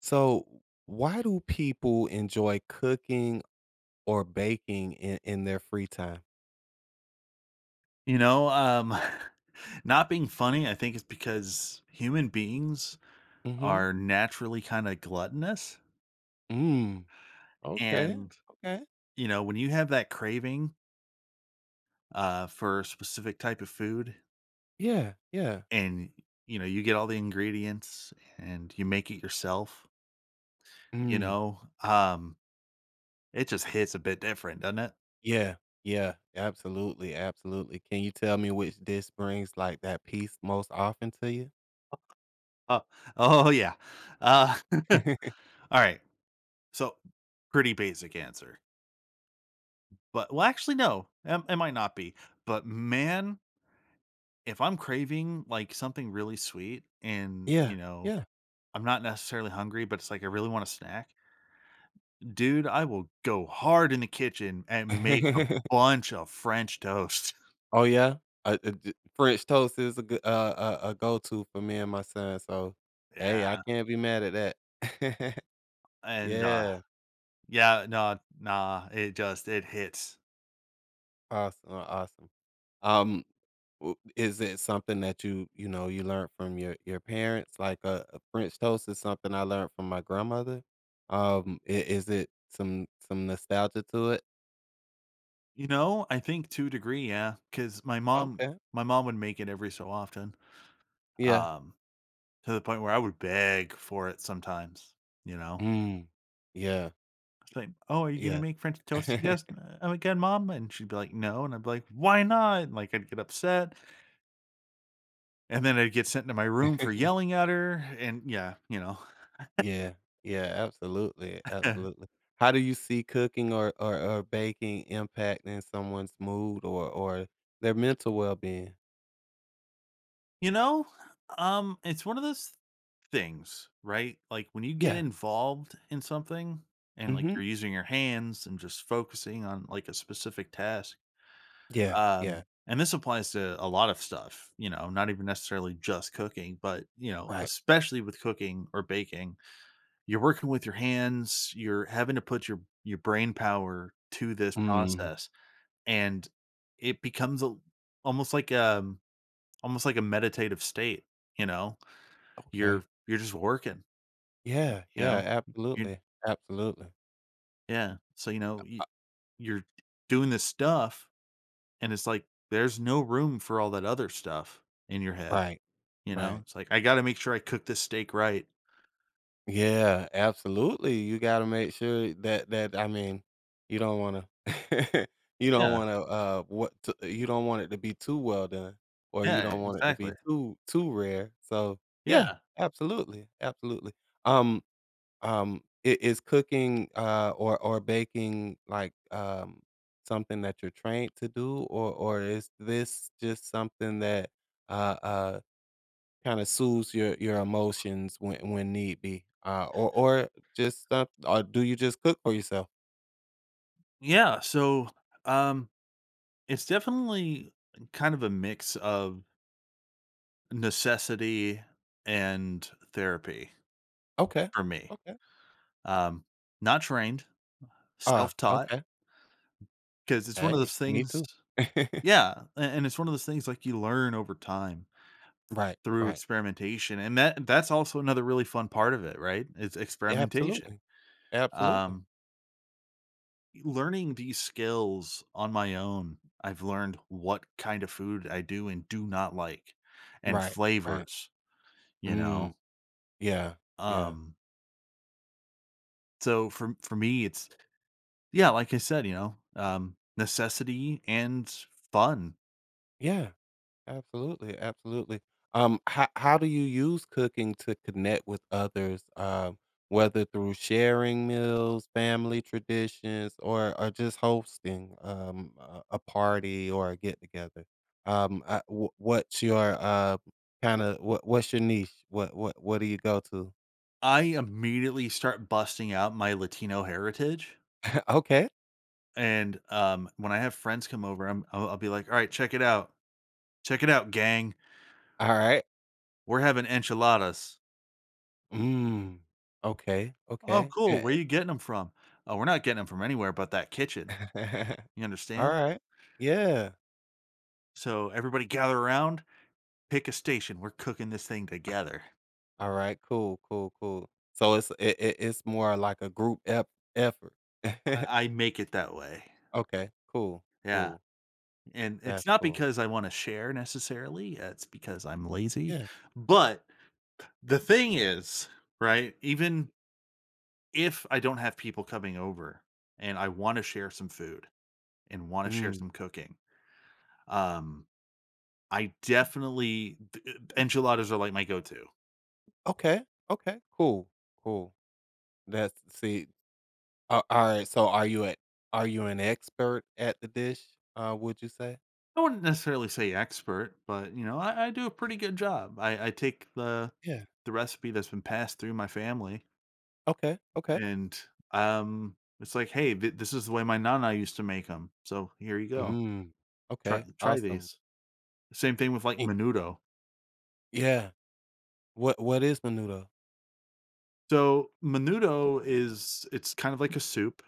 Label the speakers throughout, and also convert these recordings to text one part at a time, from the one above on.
Speaker 1: So, why do people enjoy cooking or baking in their free time?
Speaker 2: You know, um, not being funny, I think it's because human beings
Speaker 1: Mm-hmm.
Speaker 2: are naturally kinda gluttonous,
Speaker 1: Mm. Okay.
Speaker 2: and,
Speaker 1: Okay.
Speaker 2: you know, when you have that craving, for a specific type of food
Speaker 1: Yeah. Yeah.
Speaker 2: and, you know, you get all the ingredients and you make it yourself, you
Speaker 1: Mm.
Speaker 2: know, um, it just hits a bit different, doesn't it?
Speaker 1: Yeah. Yeah. Absolutely. Absolutely. Can you tell me which dish brings like that peace most often to you?
Speaker 2: Oh oh, yeah. Uh, alright, so pretty basic answer, but well, actually, no, it might not be, but man if I'm craving, like, something really sweet and,
Speaker 1: yeah.
Speaker 2: you know,
Speaker 1: Yeah.
Speaker 2: I'm not necessarily hungry, but it's like I really want a snack, dude, I will go hard in the kitchen and make a bunch of French toast.
Speaker 1: oh yeah. French toast is a good a go to for me and my son. So, hey, I
Speaker 2: Yeah,
Speaker 1: can't be mad at that.
Speaker 2: and,
Speaker 1: yeah.
Speaker 2: yeah, no, nah, it just it hits.
Speaker 1: Awesome, awesome. Um, is it something that you learned from your parents? Like a French toast is something I learned from my grandmother. Is it some nostalgia to it?
Speaker 2: You know, I think to a degree, yeah, because my mom
Speaker 1: Okay,
Speaker 2: my mom would make it every so often,
Speaker 1: yeah,
Speaker 2: um, to the point where I would beg for it sometimes, you know?
Speaker 1: mm, yeah,
Speaker 2: Like, "Oh, are you gonna
Speaker 1: yeah,
Speaker 2: make French toast again, mom?" And she'd be like, "No," and I'd be like, "Why not?" And, like, I'd get upset, and then I'd get sent to my room for yelling at her, and yeah, you know.
Speaker 1: yeah, yeah. Absolutely, absolutely. How do you see cooking or baking impacting someone's mood or their mental well being?
Speaker 2: You know, it's one of those things, right? Like, when you get
Speaker 1: Yeah,
Speaker 2: involved in something and, like,
Speaker 1: mm-hmm.
Speaker 2: you're using your hands and just focusing on, like, a specific task,
Speaker 1: yeah, yeah.
Speaker 2: and this applies to a lot of stuff, you know, not even necessarily just cooking, but, you know,
Speaker 1: Right.
Speaker 2: especially with cooking or baking. You're working with your hands, you're having to put your brain power to this
Speaker 1: Mm,
Speaker 2: process, and it becomes a almost like, um, almost like a meditative state, you know?
Speaker 1: okay.
Speaker 2: You're just working,
Speaker 1: Yeah,
Speaker 2: you know?
Speaker 1: yeah,
Speaker 2: You
Speaker 1: absolutely, absolutely.
Speaker 2: yeah. So, you know, you're doing this stuff, and it's like there's no room for all that other stuff in your head,
Speaker 1: Right,
Speaker 2: you know?
Speaker 1: right.
Speaker 2: It's like, "I gotta make sure I cook this steak right."
Speaker 1: Yeah, absolutely, you gotta make sure that I mean, you don't wanna
Speaker 2: Yeah.
Speaker 1: you don't want it to be too well done, or you
Speaker 2: Yeah,
Speaker 1: don't want it to
Speaker 2: exactly.
Speaker 1: be too rare, so, yeah,
Speaker 2: Yeah.
Speaker 1: absolutely, absolutely. Um I is cooking, or baking, like, something that you're trained to do, or is this just something that, uh uh, kinda soothes your emotions when need be? Or just some or do you just cook for yourself?
Speaker 2: Yeah, so, um it's definitely kind of a mix of necessity and therapy
Speaker 1: Okay,
Speaker 2: for me.
Speaker 1: okay.
Speaker 2: Um, Not trained,
Speaker 1: Ah,
Speaker 2: self-taught, taught
Speaker 1: okay.
Speaker 2: because it's one of
Speaker 1: Hey,
Speaker 2: those
Speaker 1: me
Speaker 2: things.
Speaker 1: too.
Speaker 2: Yeah, a and it's one of those things, like, you learn over time
Speaker 1: Right,
Speaker 2: through
Speaker 1: right.
Speaker 2: experimentation, and that's also another really fun part of it, right? It's
Speaker 1: Yeah,
Speaker 2: experimentation.
Speaker 1: absolutely, absolutely.
Speaker 2: Um, Learning these skills on my own, I've learned what kind of food I do and do not like, and
Speaker 1: Right, right.
Speaker 2: flavors, you
Speaker 1: Mm,
Speaker 2: know?
Speaker 1: yeah, yeah,
Speaker 2: Um, so for me, it's yeah, like I said, you know, necessity and fun.
Speaker 1: yeah. Absolutely, absolutely. How do you use cooking to connect with others, whether through sharing meals, family traditions, or just hosting a party or a get together? What's your kind of what's your niche? What do you go to?
Speaker 2: I immediately start busting out my Latino heritage,
Speaker 1: okay,
Speaker 2: and when I have friends come over, I'll be like, "All right, check it out, gang.
Speaker 1: all right.
Speaker 2: We're having enchiladas.
Speaker 1: Mm, okay,
Speaker 2: Oh,
Speaker 1: okay.
Speaker 2: cool. Where you getting them from? Oh, we're not getting them from anywhere but that kitchen. You
Speaker 1: all
Speaker 2: understand?
Speaker 1: right. Yeah.
Speaker 2: So everybody gather around, pick a station. We're cooking this thing together.
Speaker 1: All right, cool, cool, cool. So it's it, it it's more like a group effort.
Speaker 2: I make it that way.
Speaker 1: okay, cool,
Speaker 2: Yeah.
Speaker 1: cool.
Speaker 2: And it's
Speaker 1: That's
Speaker 2: not
Speaker 1: cool.
Speaker 2: because I wanna share necessarily, it's because I'm lazy.
Speaker 1: Yeah.
Speaker 2: But the thing is, right, even if I don't have people coming over and I wanna share some food and wanna share
Speaker 1: Mm.
Speaker 2: some cooking, um, I definitely enchiladas are like my go-to.
Speaker 1: Okay. Okay. Cool. Cool. That's see. All right. Are you an expert at the dish? Would you say?
Speaker 2: I wouldn't necessarily say expert, but, you know, I do a pretty good job. I take the
Speaker 1: Yeah.
Speaker 2: recipe that's been passed through my family.
Speaker 1: Okay. Okay.
Speaker 2: And, it's like, "Hey, th this is the way my nana used to make them. So here you go.
Speaker 1: Mm.
Speaker 2: Try
Speaker 1: Okay.
Speaker 2: try
Speaker 1: Awesome.
Speaker 2: these." Same thing with, like,
Speaker 1: Y-
Speaker 2: menudo.
Speaker 1: Yeah. What is menudo?
Speaker 2: So, menudo is it's kind of like a soup,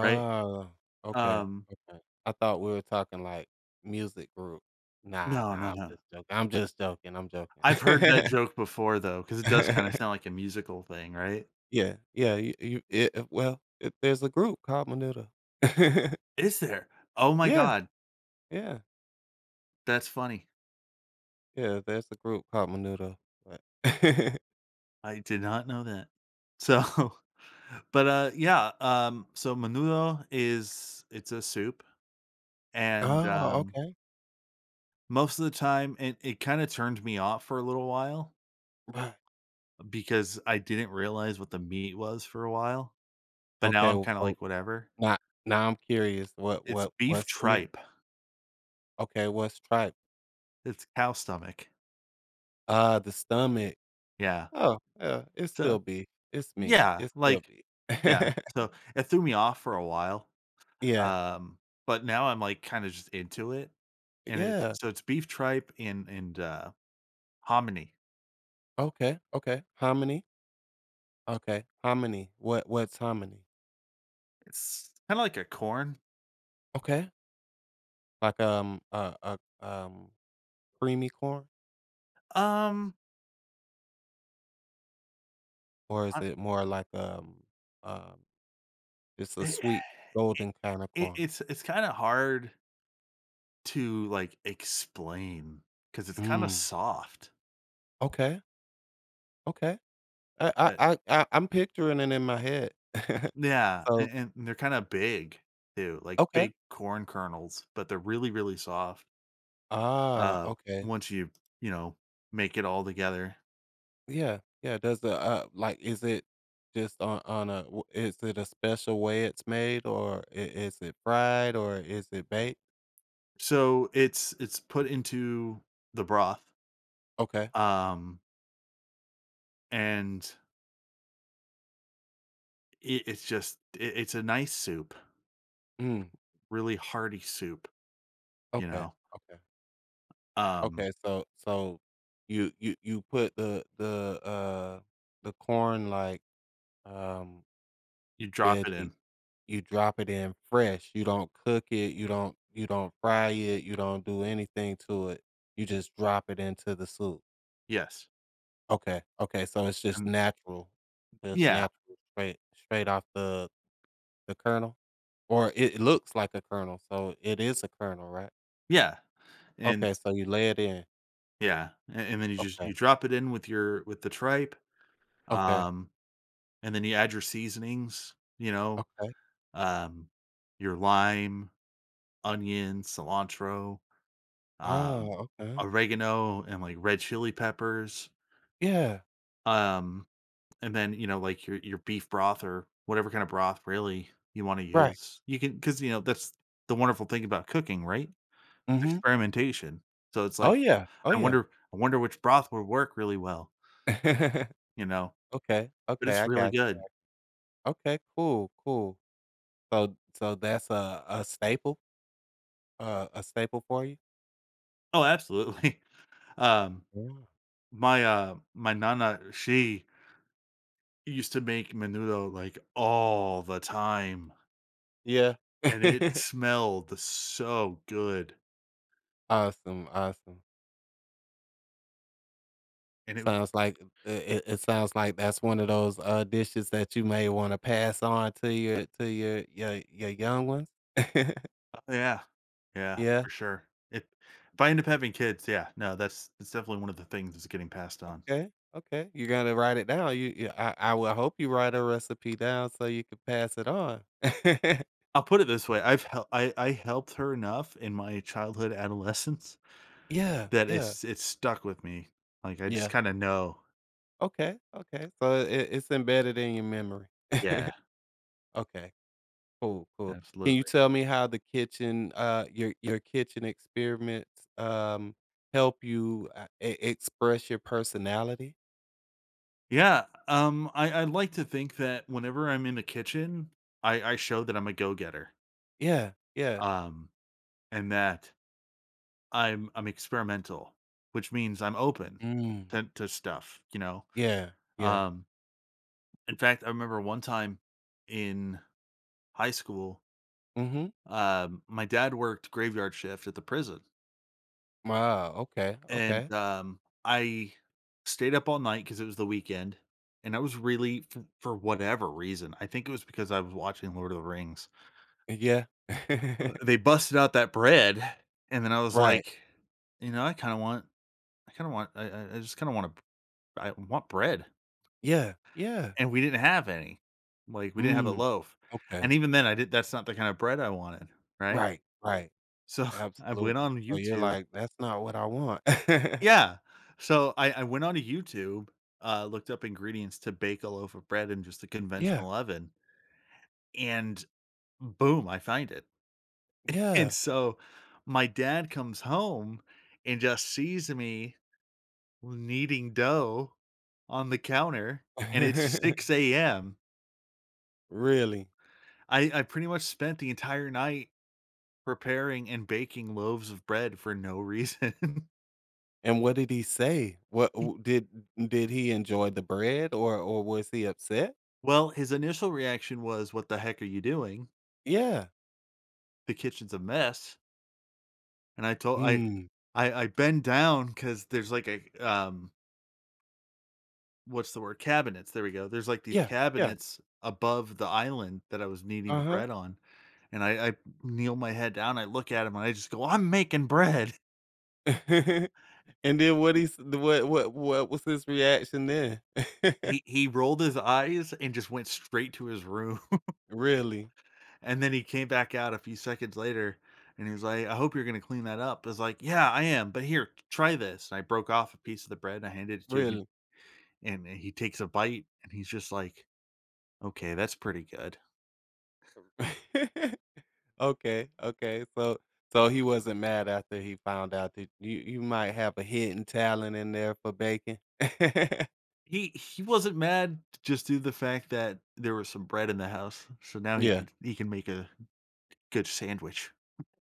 Speaker 2: right?
Speaker 1: okay,
Speaker 2: Um
Speaker 1: okay. I thought we were talking, like, music group. Nah,
Speaker 2: No,
Speaker 1: nah,
Speaker 2: no,
Speaker 1: I'm
Speaker 2: no.
Speaker 1: just joking, I'm just joking, I'm
Speaker 2: I've heard that
Speaker 1: joking.
Speaker 2: joke before, though, because it does kinda sound like a musical thing, right?
Speaker 1: Yeah, yeah, well, it there's a group called Menudo.
Speaker 2: Is there? Oh my
Speaker 1: Yeah,
Speaker 2: god,
Speaker 1: yeah,
Speaker 2: that's funny.
Speaker 1: yeah, there's a group called Menudo, but
Speaker 2: I did not know that. So but, yeah, so menudo is it's a soup, and,
Speaker 1: Oh,
Speaker 2: um,
Speaker 1: okay,
Speaker 2: most of the time. And it kinda turned me off for a little while
Speaker 1: right.
Speaker 2: because I didn't realize what the meat was for a while, but now
Speaker 1: Okay,
Speaker 2: I'm
Speaker 1: well,
Speaker 2: kinda
Speaker 1: so
Speaker 2: like, "Whatever."
Speaker 1: now now I'm curious, what
Speaker 2: It's
Speaker 1: what
Speaker 2: beef
Speaker 1: what's the meat?
Speaker 2: tripe.
Speaker 1: Okay, what's tripe?
Speaker 2: It's cow stomach.
Speaker 1: The stomach.
Speaker 2: Yeah.
Speaker 1: Oh, yeah, it's
Speaker 2: So
Speaker 1: still beef. It's meat.
Speaker 2: yeah,
Speaker 1: It's still
Speaker 2: like
Speaker 1: beef.
Speaker 2: yeah. So, it threw me off for a while,
Speaker 1: Yeah.
Speaker 2: um, but now I'm, like, kinda just into it, and it's
Speaker 1: Yeah.
Speaker 2: so it's beef tripe and and hominy.
Speaker 1: Okay, okay. Hominy? Okay. Hominy. What's hominy?
Speaker 2: It's kinda like a corn.
Speaker 1: Okay. Like, a, um, creamy corn?
Speaker 2: Um,
Speaker 1: Or is
Speaker 2: I
Speaker 1: it more like, um, it's a
Speaker 2: it
Speaker 1: sweet golden kinda
Speaker 2: it
Speaker 1: corn?
Speaker 2: it's it's kinda hard to, like, explain because it's kinda
Speaker 1: Mm,
Speaker 2: soft,
Speaker 1: okay, okay. I I
Speaker 2: but
Speaker 1: I I I'm picturing it in my head.
Speaker 2: yeah,
Speaker 1: So
Speaker 2: and they're kinda big too, like
Speaker 1: okay.
Speaker 2: big corn kernels, but they're really, really soft,
Speaker 1: Ah,
Speaker 2: uh,
Speaker 1: okay.
Speaker 2: once you, you know, make it all together.
Speaker 1: Yeah, yeah, does the, like, is it just on a w is it a special way it's made, or I is it fried, or is it baked?
Speaker 2: So, it's put into the broth,
Speaker 1: Okay.
Speaker 2: um, and it's just it's a nice soup,
Speaker 1: Mm,
Speaker 2: really hearty soup, you
Speaker 1: okay,
Speaker 2: know?
Speaker 1: okay,
Speaker 2: Um,
Speaker 1: okay, so so you put the corn, like, um,
Speaker 2: you drop it
Speaker 1: veggie
Speaker 2: in.
Speaker 1: you drop it in fresh, you don't cook it, you don't fry it, you don't do anything to it, you just drop it into the soup.
Speaker 2: Yes,
Speaker 1: Okay, okay, so it's
Speaker 2: and
Speaker 1: just
Speaker 2: yeah,
Speaker 1: natural, straight off the kernel? Or it looks like a kernel, so it is a kernel, right?
Speaker 2: yeah, and
Speaker 1: Okay, so you lay it in.
Speaker 2: yeah, a and then you just
Speaker 1: Okay,
Speaker 2: you drop it in with your with the tripe,
Speaker 1: okay,
Speaker 2: um, and then you add your seasonings, you know,
Speaker 1: okay.
Speaker 2: um, your lime, onion, cilantro, um,
Speaker 1: Oh, okay.
Speaker 2: oregano, and, like, red chili peppers,
Speaker 1: Yeah,
Speaker 2: um, and then, you know, like, your beef broth or whatever kind of broth really you wanna
Speaker 1: right.
Speaker 2: use. You can because you know, that's the wonderful thing about cooking, right? It's
Speaker 1: Mhm.
Speaker 2: experimentation. So it's
Speaker 1: Oh,
Speaker 2: like,
Speaker 1: yeah, oh,
Speaker 2: I
Speaker 1: yeah.
Speaker 2: wonder I wonder which broth would work really well, you know,
Speaker 1: Okay,
Speaker 2: but
Speaker 1: okay,
Speaker 2: it's
Speaker 1: I
Speaker 2: really
Speaker 1: got you.
Speaker 2: good.
Speaker 1: Okay, cool, cool. So so that's a staple for you?
Speaker 2: Oh, absolutely. Um,
Speaker 1: Yeah.
Speaker 2: my, my nana, she used to make menudo, like, all the time,
Speaker 1: Yeah.
Speaker 2: and it smelled so good,
Speaker 1: Awesome, awesome.
Speaker 2: and it was
Speaker 1: Sounds like it it sounds like that's one of those, dishes that you may wanna pass on to your young ones?
Speaker 2: yeah. Yeah,
Speaker 1: Yeah,
Speaker 2: for sure. If I end up having kids, yeah, no, that's it's definitely one of the things that's getting passed on.
Speaker 1: okay, okay, you gotta write it down, you I will hope you write a recipe down so you can pass it on.
Speaker 2: I'll put it this way, I helped her enough in my childhood adolescence
Speaker 1: Yeah,
Speaker 2: that
Speaker 1: yeah,
Speaker 2: it's stuck with me. Like, I just
Speaker 1: yeah.
Speaker 2: kinda know.
Speaker 1: Okay, okay, so it it's embedded in your memory.
Speaker 2: Yeah,
Speaker 1: Okay. Cool, cool. Can you
Speaker 2: absolutely.
Speaker 1: tell me how the kitchen, your kitchen experiments, help you, e express your personality?
Speaker 2: Yeah, I like to think that whenever I'm in the kitchen, I show that I'm a go-getter,
Speaker 1: Yeah, yeah.
Speaker 2: um, and that I'm experimental, which means I'm open
Speaker 1: Mm,
Speaker 2: to stuff, you know?
Speaker 1: yeah, yeah.
Speaker 2: Um, in fact, I remember one time in high school,
Speaker 1: Mhm.
Speaker 2: my dad worked graveyard shift at the prison,
Speaker 1: Wow, okay,
Speaker 2: and,
Speaker 1: okay.
Speaker 2: I stayed up all night because it was the weekend, and I was really for whatever reason, I think it was because I was watching Lord of the Rings.
Speaker 1: Yeah.
Speaker 2: They busted out that bread, and then I was
Speaker 1: Right.
Speaker 2: like, "You know, I kinda want I kinda want I just kinda wanna b I want bread."
Speaker 1: Yeah, yeah.
Speaker 2: And we didn't have any. Like, we didn't have a
Speaker 1: Mm,
Speaker 2: loaf, and
Speaker 1: okay.
Speaker 2: even then, I did that's not the kind of bread I wanted, right?
Speaker 1: Right, right.
Speaker 2: So, I went
Speaker 1: Absolutely.
Speaker 2: on
Speaker 1: So you're
Speaker 2: YouTube.
Speaker 1: like, "That's not what I want."
Speaker 2: Yeah. So, I went onto YouTube, looked up ingredients to bake a loaf of bread in just a
Speaker 1: Yeah,
Speaker 2: conventional oven, and boom, I find it. And
Speaker 1: yeah.
Speaker 2: so, my dad comes home and just sees me kneading dough on the counter, and it's 6 AM.
Speaker 1: Really?
Speaker 2: I pretty much spent the entire night preparing and baking loaves of bread for no reason.
Speaker 1: And what did he say? What w did he enjoy the bread or was he upset?
Speaker 2: Well, his initial reaction was, "What the heck are you doing?
Speaker 1: Yeah.
Speaker 2: The kitchen's a mess." And I told
Speaker 1: Mm.
Speaker 2: I bend down because there's like a, what's the word? Cabinets, there we go. There's like these
Speaker 1: Yeah, yeah.
Speaker 2: cabinets above the island that I was kneading the
Speaker 1: Uh-huh.
Speaker 2: bread on, and I kneel my head down, I look at him, and I just go, "I'm making bread."
Speaker 1: And then what he s what was his reaction then?
Speaker 2: He rolled his eyes and just went straight to his room,
Speaker 1: Really?
Speaker 2: and then he came back out a few seconds later, and he was like, "I hope you're gonna clean that up." I was like, "Yeah, I am, but here, try this." And I broke off a piece of the bread, and I handed it to him,
Speaker 1: Really?
Speaker 2: and he takes a bite, and he's just like, "Okay, that's pretty good."
Speaker 1: Okay, okay. So so he wasn't mad after he found out that you might have a hidden talent in there for baking?
Speaker 2: He wasn't mad just due to the fact that there was some bread in the house, so now
Speaker 1: Yeah.
Speaker 2: he can make a good sandwich.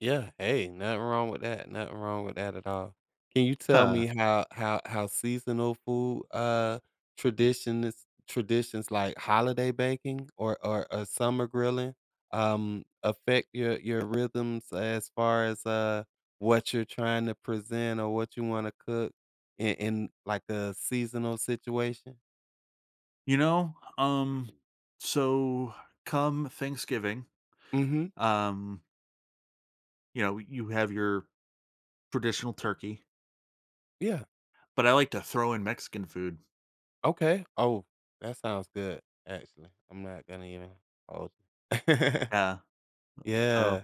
Speaker 1: Yeah, hey, nothing wrong with that, nothing wrong with that at all. Can you tell
Speaker 2: Huh.
Speaker 1: me how seasonal food, traditions like holiday baking or, a summer grilling, affect your rhythms as far as, what you're trying to present or what you wanna cook in, like, a seasonal situation?
Speaker 2: You know, um, so come Thanksgiving,
Speaker 1: Mhm,
Speaker 2: um you know, you have your traditional turkey,
Speaker 1: yeah,
Speaker 2: but I like to throw in Mexican food.
Speaker 1: okay. Oh, that sounds good, actually. I'm not gonna even hold you.
Speaker 2: Yeah. So,
Speaker 1: Yeah.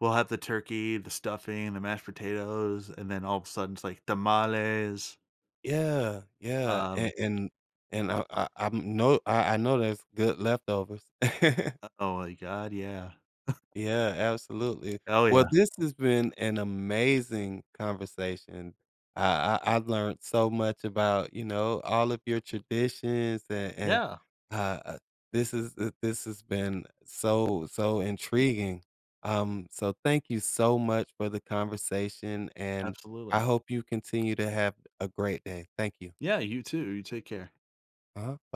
Speaker 2: we'll have the turkey, the stuffing, the mashed potatoes, and then all of a sudden it's like tamales.
Speaker 1: Yeah, yeah,
Speaker 2: Um,
Speaker 1: and I know I know there's good leftovers.
Speaker 2: oh my god, yeah.
Speaker 1: Yeah, absolutely.
Speaker 2: Oh,
Speaker 1: Well,
Speaker 2: yeah.
Speaker 1: this has been an amazing conversation. I learned so much about, you know, all of your traditions and,
Speaker 2: Yeah,
Speaker 1: uh, uh, this is this has been so, so intriguing. So thank you so much for the conversation, and
Speaker 2: absolutely.
Speaker 1: I hope you continue to have a great day. Thank you.
Speaker 2: Yeah, you too. You take care.
Speaker 1: Uh-huh.